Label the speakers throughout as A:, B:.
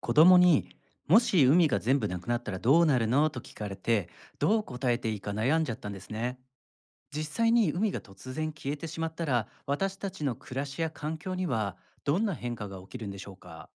A: 子供に「もし海が全部なくなったらどうなるの?」と聞かれてどう答えていいか悩んじゃったんですね。実際に海が突然消えてしまったら私たちの暮らしや環境にはどんな変化が起きるんでしょうか？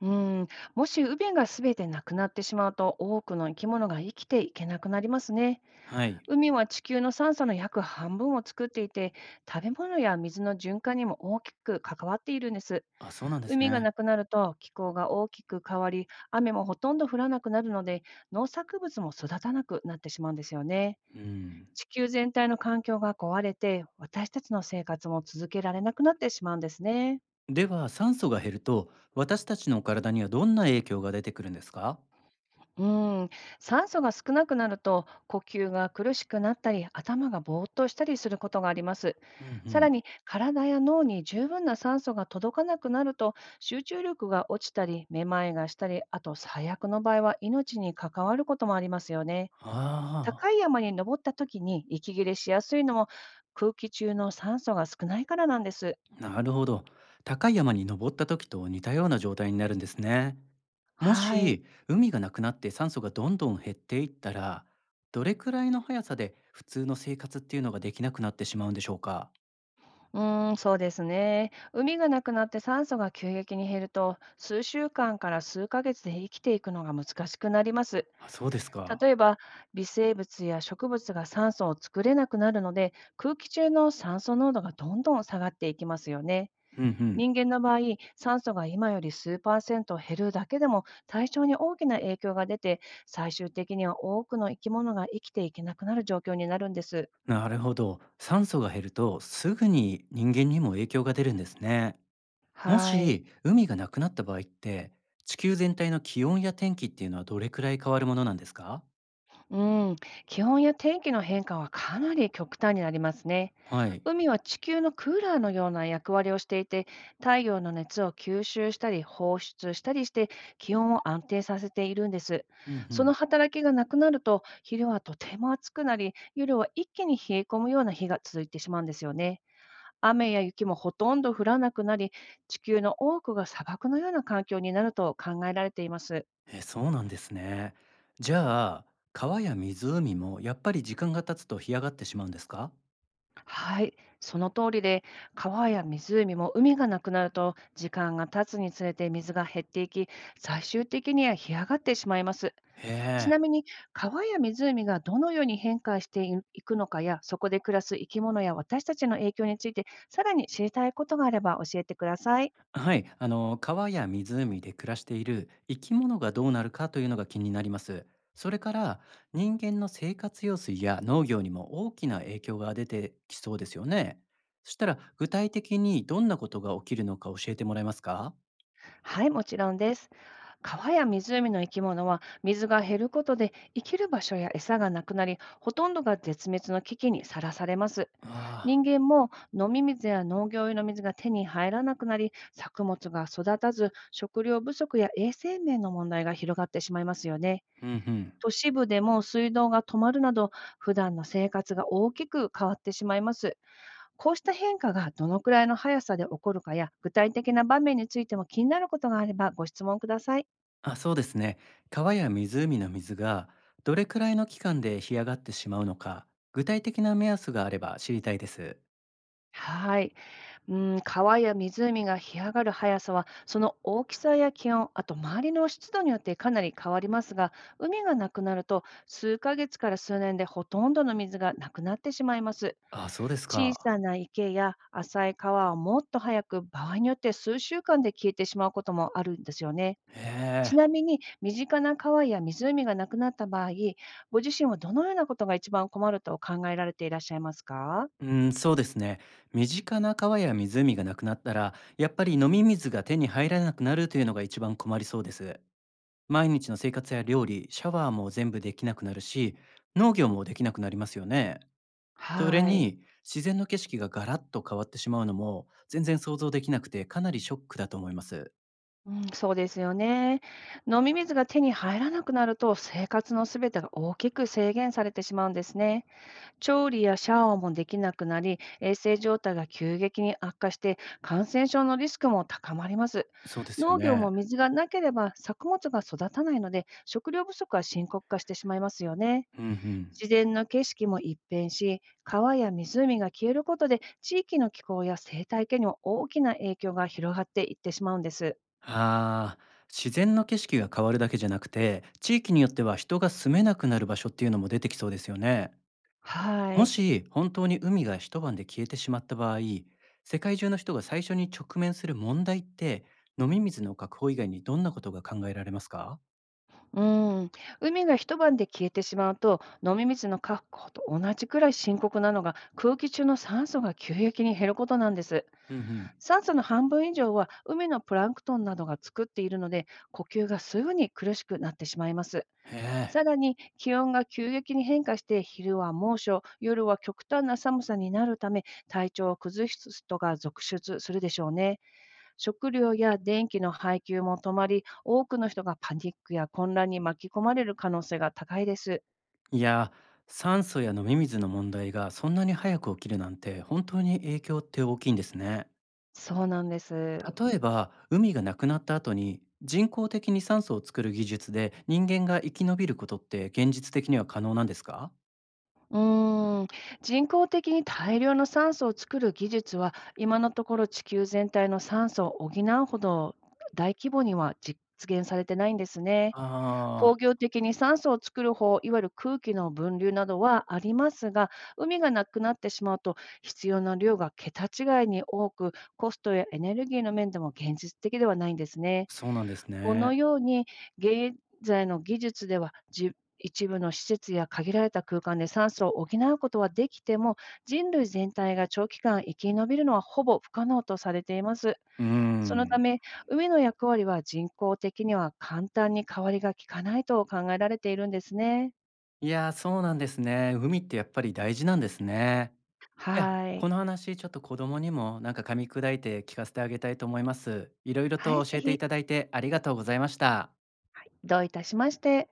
B: うん、もし海が全てなくなってしまうと多くの生き物が生きていけなくなりますね。
A: はい。
B: 海は地球の酸素の約半分を作っていて、食べ物や水の循環にも大きく関わっているんです。
A: あ、そうなんです
B: 海が
A: ね。
B: なくなると気候が大きく変わり、雨もほとんど降らなくなるので、農作物も育たなくなってしまうんですよね。
A: うん。
B: 地球全体の環境が壊れて、私たちの生活も続けられなくなってしまうんですね。
A: では酸素が減ると私たちの体にはどんな影響が出てくるんですか？
B: うん、酸素が少なくなると呼吸が苦しくなったり、頭がぼーっとしたりすることがあります。
A: うんう
B: さら
A: ん。
B: に体や脳に十分な酸素が届かなくなると、集中力が落ちたり、めまいがしたり、あと最悪の場合は命に関わることもありますよね。
A: あ
B: 高い山に登った時に息切れしやすいのも、空気中の酸素が少ないからなんです。
A: あ、なるほど。高い山に登った時と似たような状態になるんですね。も
B: はい。
A: し海がなくなって酸素がどんどん減っていったらどれくらいの速さで普通の生活っていうのができなくなってしまうんでしょうか？
B: うーん、そうですね。海がなくなって酸素が急激に減ると、数週間から数ヶ月で生きていくのが難しくなります。
A: あ、そうですか。
B: 例えば、微生物や植物が酸素を作れなくなるので、空気中の酸素濃度がどんどん下がっていきますよね。
A: うんうん。
B: 人間の場合、酸素が今より数パーセント減るだけでも対象に大きな影響が出て、最終的には多くの生き物が生きていけなくなる状況になるんです。
A: なるほど、酸素が減るとすぐに人間にも影響が出るんですね。も
B: はい。
A: し海がなくなった場合って地球全体の気温や天気っていうのはどれくらい変わるものなんですか？
B: うん、気温や天気の変化はかなり極端になりますね。
A: はい。
B: 海は地球のクーラーのような役割をしていて、太陽の熱を吸収したり放出したりして、気温を安定させているんです。
A: うんう
B: そ
A: ん。
B: の働きがなくなると、昼はとても暑くなり、夜は一気に冷え込むような日が続いてしまうんですよね。雨や雪もほとんど降らなくなり、地球の多くが砂漠のような環境になると考えられています。
A: え、そうなんですね。じゃあ川や湖もやっぱり時間が経つと干上がってしまうんですか？
B: はい、その通りで、川や湖も海がなくなると、時間が経つにつれて水が減っていき、最終的には干上がってしまいます。
A: へ
B: ち
A: え。
B: なみに、川や湖がどのように変化していいくのかや、そこで暮らす生き物や私たちの影響について、さらに知りたいことがあれば教えてください。
A: はい。あの、川や湖で暮らしている生き物がどうなるかというのが気になります。それから、人間の生活用水や農業にも大きな影響が出てきそうですよね。そしたら、具体的にどんなことが起きるのか教えてもらえますか？
B: はい、もちろんです。川や湖の生き物は水が減ることで生きる場所や餌がなくなり、ほとんどが絶滅の危機にさらされます。
A: ああ。
B: 人間も飲み水や農業用の水が手に入らなくなり、作物が育たず、食料不足や衛生面の問題が広がってしまいますよね。
A: うんうん。
B: 都市部でも水道が止まるなど、普段の生活が大きく変わってしまいます。こうした変化がどのくらいの速さで起こるかや、具体的な場面についても気になることがあれば、ご質問ください。
A: あ、そうですね。川や湖の水がどれくらいの期間で干上がってしまうのか、具体的な目安があれば知りたいです。
B: はい。うん、川や湖が干上がる速さは、その大きさや気温、あと周りの湿度によってかなり変わりますが、海がなくなると、数ヶ月から数年でほとんどの水がなくなってしまいます。
A: あ、そうです
B: 小
A: か。
B: さな池や浅い川はもっと早く、場合によって数週間で消えてしまうこともあるんですよね。
A: へ
B: ち
A: え。
B: なみに、身近な川や湖がなくなった場合、ご自身はどのようなことが一番困ると考えられていらっしゃいますか？
A: うん、そうですね。身近な川や湖がなくなったら、やっぱり飲み水が手に入らなくなるというのが一番困りそうです。毎日の生活や料理、シャワーも全部できなくなるし、農業もできなくなりますよね。それ
B: はい。
A: に、自然の景色がガラッと変わってしまうのも、全然想像できなくて、かなりショックだと思います。
B: うん、そうですよね。飲み水が手に入らなくなると、生活のすべてが大きく制限されてしまうんですね。調理やシャワーもできなくなり、衛生状態が急激に悪化して、感染症のリスクも高まります。
A: そうですよ
B: 農業
A: ね。
B: も水がなければ作物が育たないので、食料不足は深刻化してしまいますよね。
A: うんうん。
B: 自然の景色も一変し、川や湖が消えることで、地域の気候や生態系にも大きな影響が広がっていってしまうんです。
A: ああ、自然の景色が変わるだけじゃなくて、地域によっては人が住めなくなる場所っていうのも出てきそうですよね。
B: は
A: も
B: い。
A: し本当に海が一晩で消えてしまった場合、世界中の人が最初に直面する問題って、飲み水の確保以外にどんなことが考えられますか？
B: うーん、海が一晩で消えてしまうと、飲み水の確保と同じくらい深刻なのが、空気中の酸素が急激に減ることなんです。
A: うんうん。
B: 酸素の半分以上は海のプランクトンなどが作っているので、呼吸がすぐに苦しくなってしまいます。
A: へえ。
B: さらに気温が急激に変化して、昼は猛暑、夜は極端な寒さになるため、体調を崩す人が続出するでしょうね。食料や電気の配給も止まり、多くの人がパニックや混乱に巻き込まれる可能性が高いです。
A: いや、酸素や飲み水の問題がそんなに早く起きるなんて本当に影響って大きいんですね。
B: そうなんです。
A: 例えば、海がなくなった後に人工的に酸素を作る技術で人間が生き延びることって現実的には可能なんですか？
B: うーん、人工的に大量の酸素を作る技術は、今のところ地球全体の酸素を補うほど大規模には実現されてないんですね。工
A: あ
B: 業
A: あ
B: 的に酸素を作る方、いわゆる空気の分流などはありますが、海がなくなってしまうと、必要な量が桁違いに多く、コストやエネルギーの面でも現実的ではないんですね。
A: 、そうなんです
B: こ
A: ね。
B: のように、現在の技術では、一部の施設や限られた空間で酸素を補うことはできても、人類全体が長期間生き延びるのはほぼ不可能とされています。
A: う
B: そのた
A: ん。
B: め、海の役割は人工的には簡単に変わりがきかないと考えられているんですね。
A: いやー、そうなんですね。海ってやっぱり大事なんですね。いや、
B: はい。
A: この話ちょっと子供にもなんか噛み砕いて聞かせてあげたいと思います。いろいろ
B: はい、
A: と教
B: ぜ
A: えてい
B: ひ、
A: ただいてありがとうございました。
B: どういたしまして。